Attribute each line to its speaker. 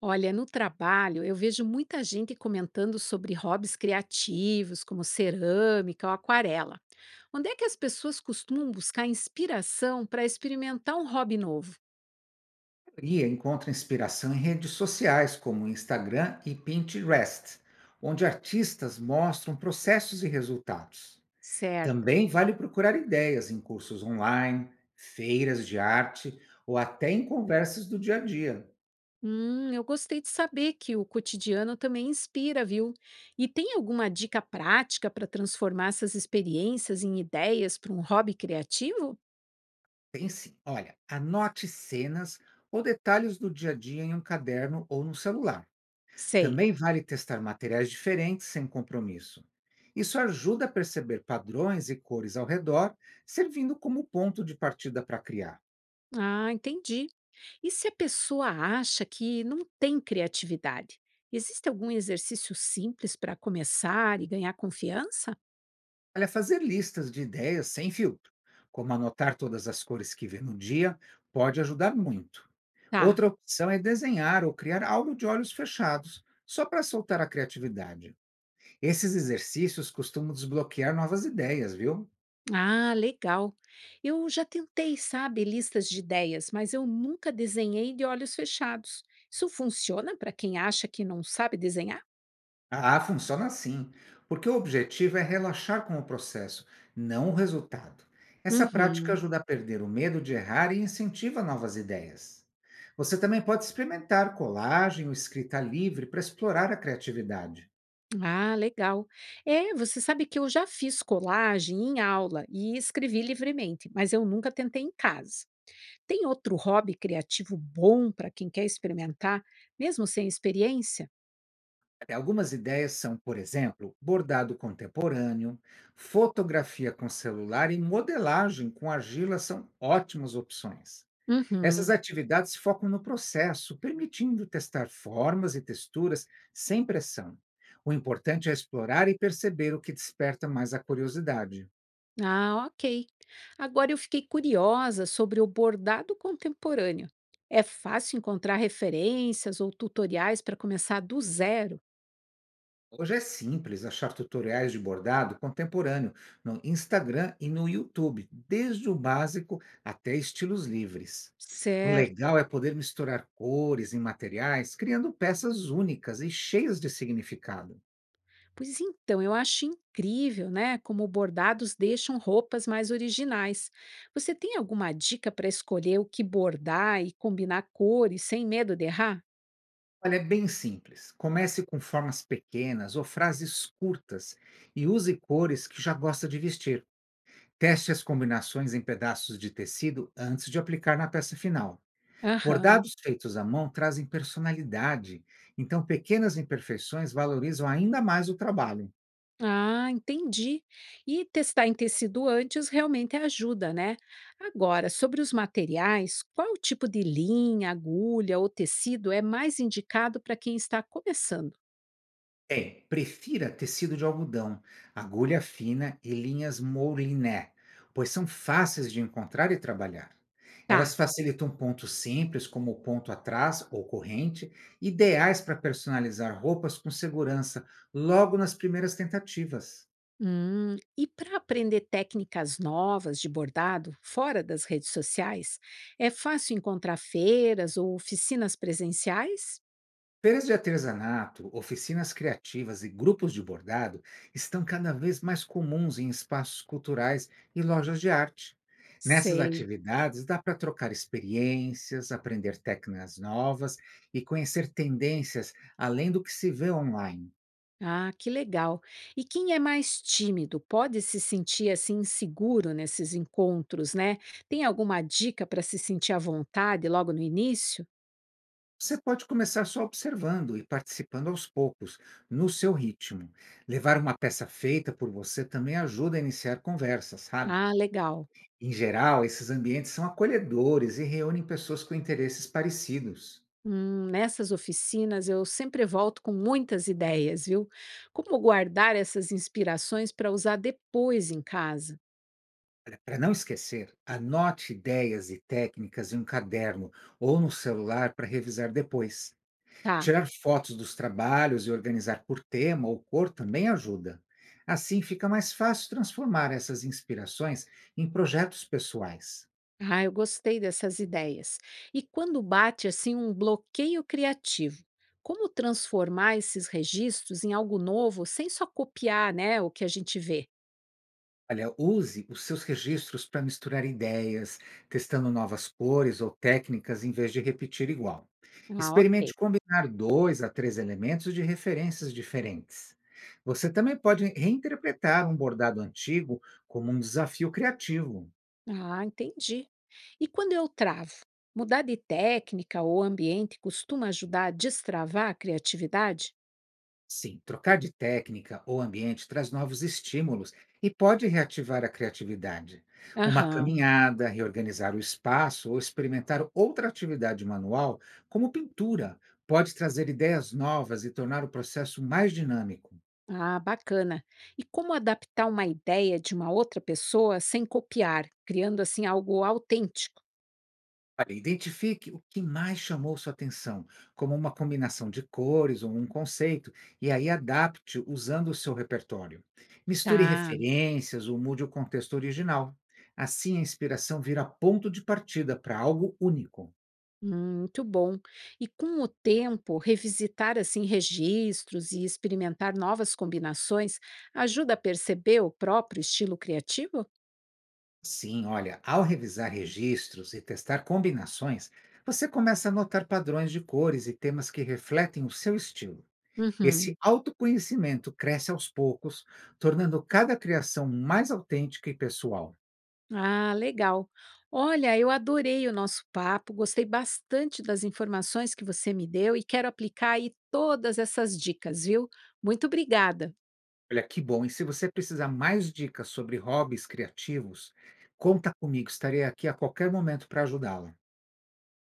Speaker 1: Olha, no trabalho eu vejo muita gente comentando sobre hobbies criativos, como cerâmica ou aquarela. Onde é que as pessoas costumam buscar inspiração para experimentar um hobby novo?
Speaker 2: Maioria encontra inspiração em redes sociais como Instagram e Pinterest, onde artistas mostram processos e resultados.
Speaker 1: Certo.
Speaker 2: Também vale procurar ideias em cursos online, feiras de arte ou até em conversas do dia a dia.
Speaker 1: Eu gostei de saber que o cotidiano também inspira, viu? E tem alguma dica prática para transformar essas experiências em ideias para um hobby criativo?
Speaker 2: Tem sim. Olha, anote cenas ou detalhes do dia a dia em um caderno ou no celular.
Speaker 1: Sei.
Speaker 2: Também vale testar materiais diferentes sem compromisso. Isso ajuda a perceber padrões e cores ao redor, servindo como ponto de partida para criar.
Speaker 1: Ah, entendi. E se a pessoa acha que não tem criatividade? Existe algum exercício simples para começar e ganhar confiança?
Speaker 2: Olha, fazer listas de ideias sem filtro, como anotar todas as cores que vê no dia, pode ajudar muito.
Speaker 1: Tá.
Speaker 2: Outra opção é desenhar ou criar algo de olhos fechados, só para soltar a criatividade. Esses exercícios costumam desbloquear novas ideias, viu?
Speaker 1: Ah, legal. Eu já tentei, sabe, listas de ideias, mas eu nunca desenhei de olhos fechados. Isso funciona para quem acha que não sabe desenhar?
Speaker 2: Ah, funciona assim, porque o objetivo é relaxar com o processo, não o resultado. Essa prática
Speaker 1: Uhum.
Speaker 2: ajuda a perder o medo de errar e incentiva novas ideias. Você também pode experimentar colagem ou escrita livre para explorar a criatividade.
Speaker 1: Ah, legal. É, você sabe que eu já fiz colagem em aula e escrevi livremente, mas eu nunca tentei em casa. Tem outro hobby criativo bom para quem quer experimentar, mesmo sem experiência?
Speaker 2: É, algumas ideias são, por exemplo, bordado contemporâneo, fotografia com celular e modelagem com argila são ótimas opções. Essas
Speaker 1: Uhum.
Speaker 2: atividades focam no processo, permitindo testar formas e texturas sem pressão. O importante é explorar e perceber o que desperta mais a curiosidade.
Speaker 1: Ah, ok. Agora eu fiquei curiosa sobre o bordado contemporâneo. É fácil encontrar referências ou tutoriais para começar do zero?
Speaker 2: Hoje é simples achar tutoriais de bordado contemporâneo no Instagram e no YouTube, desde o básico até estilos livres. O
Speaker 1: Certo.
Speaker 2: legal é poder misturar cores e materiais, criando peças únicas e cheias de significado.
Speaker 1: Pois então, eu acho incrível, né? Como bordados deixam roupas mais originais. Você tem alguma dica para escolher o que bordar e combinar cores sem medo de errar?
Speaker 2: Olha, é bem simples. Comece com formas pequenas ou frases curtas e use cores que já gosta de vestir. Teste as combinações em pedaços de tecido antes de aplicar na peça final.
Speaker 1: Aham.
Speaker 2: Bordados feitos à mão trazem personalidade, então pequenas imperfeições valorizam ainda mais o trabalho.
Speaker 1: Ah, entendi. E testar em tecido antes realmente ajuda, né? Agora, sobre os materiais, qual tipo de linha, agulha ou tecido é mais indicado para quem está começando?
Speaker 2: Bem, prefira tecido de algodão, agulha fina e linhas mouliné, pois são fáceis de encontrar e trabalhar. Elas
Speaker 1: Tá.
Speaker 2: facilitam pontos simples, como o ponto atrás ou corrente, ideais para personalizar roupas com segurança logo nas primeiras tentativas.
Speaker 1: E para aprender técnicas novas de bordado fora das redes sociais, é fácil encontrar feiras ou oficinas presenciais?
Speaker 2: Feiras de artesanato, oficinas criativas e grupos de bordado estão cada vez mais comuns em espaços culturais e lojas de arte. Nessas
Speaker 1: Sei.
Speaker 2: atividades, dá para trocar experiências, aprender técnicas novas e conhecer tendências além do que se vê online.
Speaker 1: Ah, que legal. E quem é mais tímido pode se sentir assim inseguro nesses encontros, né? Tem alguma dica para se sentir à vontade logo no início?
Speaker 2: Você pode começar só observando e participando aos poucos, no seu ritmo. Levar uma peça feita por você também ajuda a iniciar conversas, sabe?
Speaker 1: Ah, legal.
Speaker 2: Em geral, esses ambientes são acolhedores e reúnem pessoas com interesses parecidos.
Speaker 1: Nessas oficinas eu sempre volto com muitas ideias, viu? Como guardar essas inspirações para usar depois em casa?
Speaker 2: Para não esquecer, anote ideias e técnicas em um caderno ou no celular para revisar depois.
Speaker 1: Tá.
Speaker 2: Tirar fotos dos trabalhos e organizar por tema ou cor também ajuda. Assim, fica mais fácil transformar essas inspirações em projetos pessoais.
Speaker 1: Ah, eu gostei dessas ideias. E quando bate assim um bloqueio criativo, como transformar esses registros em algo novo sem só copiar, né, o que a gente vê?
Speaker 2: Olha, use os seus registros para misturar ideias, testando novas cores ou técnicas em vez de repetir igual.
Speaker 1: Ah, ok.
Speaker 2: Experimente combinar 2 a 3 elementos de referências diferentes. Você também pode reinterpretar um bordado antigo como um desafio criativo.
Speaker 1: Ah, entendi. E quando eu travo, mudar de técnica ou ambiente costuma ajudar a destravar a criatividade?
Speaker 2: Sim, trocar de técnica ou ambiente traz novos estímulos e pode reativar a criatividade. Uma
Speaker 1: Aham,
Speaker 2: caminhada, reorganizar o espaço ou experimentar outra atividade manual, como pintura, pode trazer ideias novas e tornar o processo mais dinâmico.
Speaker 1: ah, bacana. E como adaptar uma ideia de uma outra pessoa sem copiar, criando assim algo autêntico?
Speaker 2: Olha, identifique o que mais chamou sua atenção, como uma combinação de cores ou um conceito, e aí adapte usando o seu repertório. Misture
Speaker 1: Tá.
Speaker 2: referências ou mude o contexto original. Assim, a inspiração vira ponto de partida para algo único.
Speaker 1: Muito bom. E com o tempo, revisitar assim registros e experimentar novas combinações ajuda a perceber o próprio estilo criativo?
Speaker 2: Sim, olha, ao revisar registros e testar combinações, você começa a notar padrões de cores e temas que refletem o seu estilo.
Speaker 1: Uhum.
Speaker 2: Esse autoconhecimento cresce aos poucos, tornando cada criação mais autêntica e pessoal.
Speaker 1: Ah, legal. Olha, eu adorei o nosso papo, gostei bastante das informações que você me deu e quero aplicar aí todas essas dicas, viu? Muito obrigada.
Speaker 2: Olha que bom! E se você precisar mais dicas sobre hobbies criativos, conta comigo, estarei aqui a qualquer momento para ajudá-la.